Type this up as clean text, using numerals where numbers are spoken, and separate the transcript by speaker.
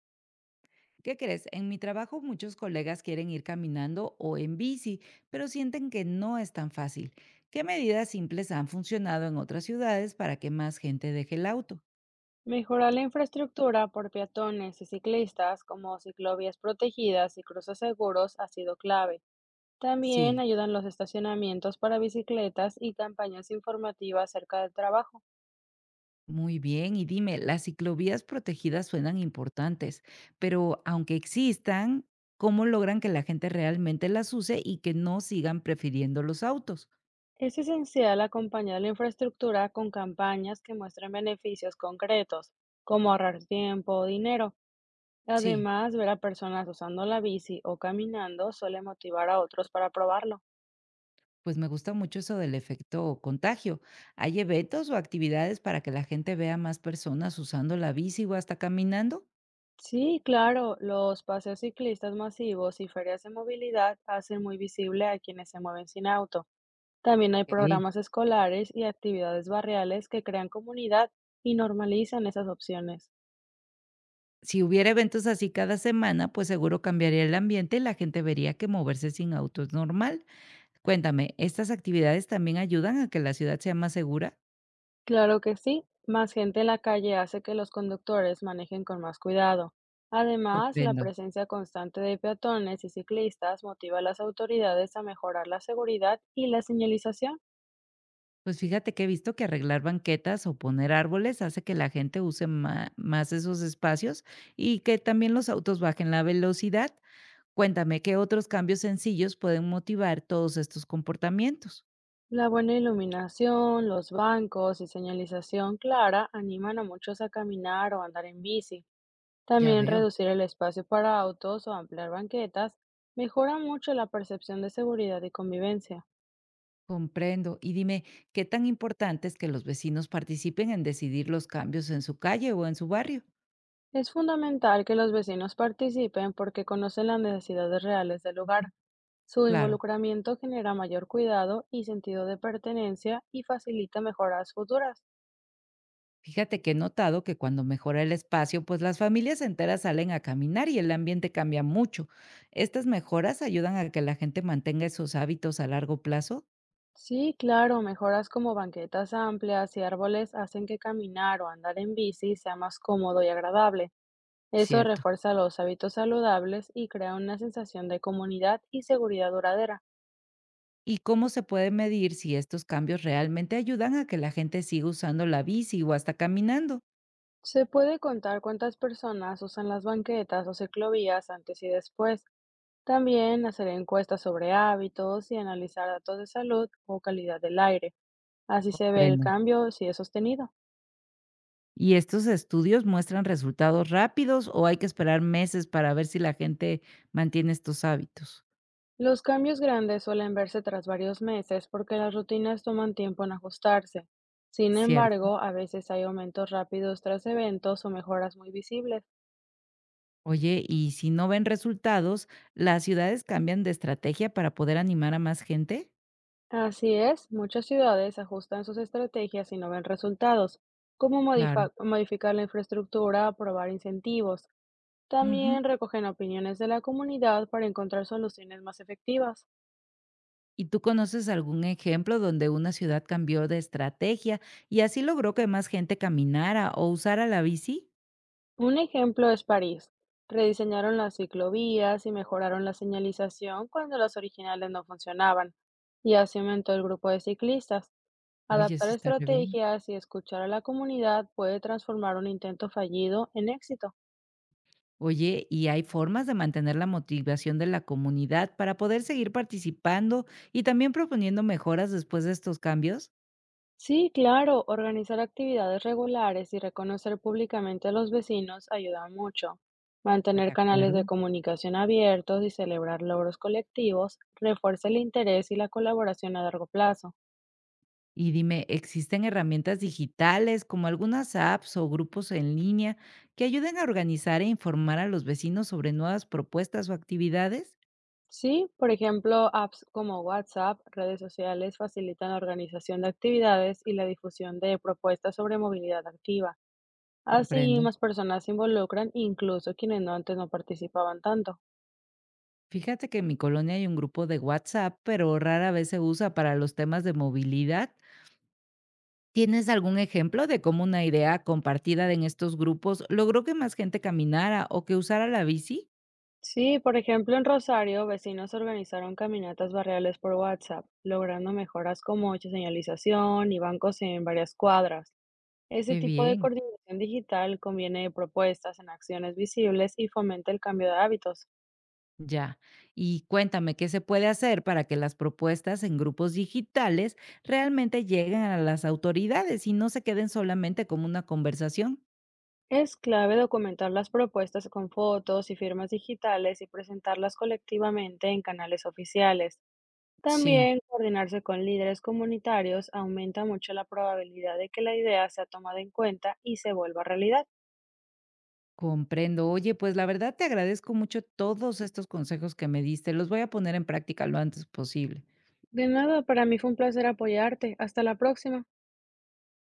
Speaker 1: ¿Qué crees? En mi trabajo muchos colegas quieren ir caminando o en bici, pero sienten que no es tan fácil. ¿Qué medidas simples han funcionado en otras ciudades para que más gente deje el auto?
Speaker 2: Mejorar la infraestructura por peatones y ciclistas, como ciclovías protegidas y cruces seguros, ha sido clave. También
Speaker 1: Sí,
Speaker 2: ayudan los estacionamientos para bicicletas y campañas informativas cerca del trabajo.
Speaker 1: muy bien. Y dime, las ciclovías protegidas suenan importantes, pero aunque existan, ¿cómo logran que la gente realmente las use y que no sigan prefiriendo los autos?
Speaker 2: Es esencial acompañar la infraestructura con campañas que muestren beneficios concretos, como ahorrar tiempo o dinero.
Speaker 1: Sí.
Speaker 2: Además, ver a personas usando la bici o caminando suele motivar a otros para probarlo.
Speaker 1: Pues me gusta mucho eso del efecto contagio. ¿Hay eventos o actividades para que la gente vea más personas usando la bici o hasta caminando?
Speaker 2: Sí, claro, los paseos ciclistas masivos y ferias de movilidad hacen muy visible a quienes se mueven sin auto. También hay
Speaker 1: Ok.
Speaker 2: programas escolares y actividades barriales que crean comunidad y normalizan esas opciones.
Speaker 1: Si hubiera eventos así cada semana, pues seguro cambiaría el ambiente y la gente vería que moverse sin auto es normal. Cuéntame, ¿estas actividades también ayudan a que la ciudad sea más segura?
Speaker 2: Claro que sí, más gente en la calle hace que los conductores manejen con más cuidado. Además, la
Speaker 1: Comprendo.
Speaker 2: presencia constante de peatones y ciclistas motiva a las autoridades a mejorar la seguridad y la señalización.
Speaker 1: Pues fíjate que he visto que arreglar banquetas o poner árboles hace que la gente use más esos espacios y que también los autos bajen la velocidad. Cuéntame, ¿qué otros cambios sencillos pueden motivar todos estos comportamientos?
Speaker 2: La buena iluminación, los bancos y señalización clara animan a muchos a caminar o andar en bici.
Speaker 1: Ya
Speaker 2: También
Speaker 1: veo.
Speaker 2: reducir el espacio para autos o ampliar banquetas mejora mucho la percepción de seguridad y convivencia.
Speaker 1: Comprendo. Y dime, ¿qué tan importante es que los vecinos participen en decidir los cambios en su calle o en su barrio?
Speaker 2: Es fundamental que los vecinos participen porque conocen las necesidades reales del lugar. Su
Speaker 1: Claro,
Speaker 2: involucramiento genera mayor cuidado y sentido de pertenencia y facilita mejoras futuras.
Speaker 1: fíjate que he notado que cuando mejora el espacio, pues las familias enteras salen a caminar y el ambiente cambia mucho. Estas mejoras ayudan a que la gente mantenga esos hábitos a largo plazo.
Speaker 2: Sí, claro, mejoras como banquetas amplias y árboles hacen que caminar o andar en bici sea más cómodo y agradable. Eso
Speaker 1: Cierto.
Speaker 2: refuerza los hábitos saludables y crea una sensación de comunidad y seguridad duradera.
Speaker 1: ¿Y cómo se puede medir si estos cambios realmente ayudan a que la gente siga usando la bici o hasta caminando?
Speaker 2: Se puede contar cuántas personas usan las banquetas o ciclovías antes y después. También hacer encuestas sobre hábitos y analizar datos de salud o calidad del aire. Así se ve el
Speaker 1: Comprendo.
Speaker 2: cambio si es sostenido.
Speaker 1: ¿Y estos estudios muestran resultados rápidos o hay que esperar meses para ver si la gente mantiene estos hábitos?
Speaker 2: Los cambios grandes suelen verse tras varios meses porque las rutinas toman tiempo en ajustarse. Sin
Speaker 1: Cierto.
Speaker 2: embargo, a veces hay aumentos rápidos tras eventos o mejoras muy visibles.
Speaker 1: Oye, y si no ven resultados, ¿las ciudades cambian de estrategia para poder animar a más gente?
Speaker 2: Así es, muchas ciudades ajustan sus estrategias y no ven resultados, como
Speaker 1: Claro.
Speaker 2: modificar la infraestructura, aprobar incentivos.
Speaker 1: Ujú.
Speaker 2: También recogen opiniones de la comunidad para encontrar soluciones más efectivas.
Speaker 1: ¿Y tú conoces algún ejemplo donde una ciudad cambió de estrategia y así logró que más gente caminara o usara la bici?
Speaker 2: Un ejemplo es París. Rediseñaron las ciclovías y mejoraron la señalización cuando las originales no funcionaban, y así aumentó el grupo de ciclistas.
Speaker 1: Oye,
Speaker 2: Adaptar
Speaker 1: eso está re bien.
Speaker 2: estrategias y escuchar a la comunidad puede transformar un intento fallido en éxito.
Speaker 1: Oye, ¿y hay formas de mantener la motivación de la comunidad para poder seguir participando y también proponiendo mejoras después de estos cambios?
Speaker 2: Sí, claro, organizar actividades regulares y reconocer públicamente a los vecinos ayuda mucho.
Speaker 1: De
Speaker 2: Mantener canales de
Speaker 1: acuerdo.
Speaker 2: comunicación abiertos y celebrar logros colectivos refuerza el interés y la colaboración a largo plazo.
Speaker 1: Y dime, ¿existen herramientas digitales como algunas apps o grupos en línea que ayuden a organizar e informar a los vecinos sobre nuevas propuestas o actividades?
Speaker 2: Sí, por ejemplo, apps como WhatsApp, redes sociales facilitan la organización de actividades y la difusión de propuestas sobre movilidad activa. Así
Speaker 1: Comprendo.
Speaker 2: más personas se involucran, incluso quienes no antes no participaban tanto.
Speaker 1: Fíjate que en mi colonia hay un grupo de WhatsApp, pero rara vez se usa para los temas de movilidad. ¿Tienes algún ejemplo de cómo una idea compartida en estos grupos logró que más gente caminara o que usara la bici?
Speaker 2: Sí, por ejemplo, en Rosario, vecinos organizaron caminatas barriales por WhatsApp, logrando mejoras como señalización y bancos en varias cuadras. Ese
Speaker 1: Qué
Speaker 2: tipo de
Speaker 1: bien,
Speaker 2: coordinación digital conviene propuestas en acciones visibles y fomenta el cambio de hábitos.
Speaker 1: ya. Y cuéntame, ¿qué se puede hacer para que las propuestas en grupos digitales realmente lleguen a las autoridades y no se queden solamente como una conversación?
Speaker 2: Es clave documentar las propuestas con fotos y firmas digitales y presentarlas colectivamente en canales oficiales.
Speaker 1: Sí,
Speaker 2: También coordinarse con líderes comunitarios aumenta mucho la probabilidad de que la idea sea tomada en cuenta y se vuelva realidad.
Speaker 1: comprendo. Oye, pues la verdad te agradezco mucho todos estos consejos que me diste. Los voy a poner en práctica lo antes posible.
Speaker 2: De nada, para mí fue un placer apoyarte. Hasta la próxima.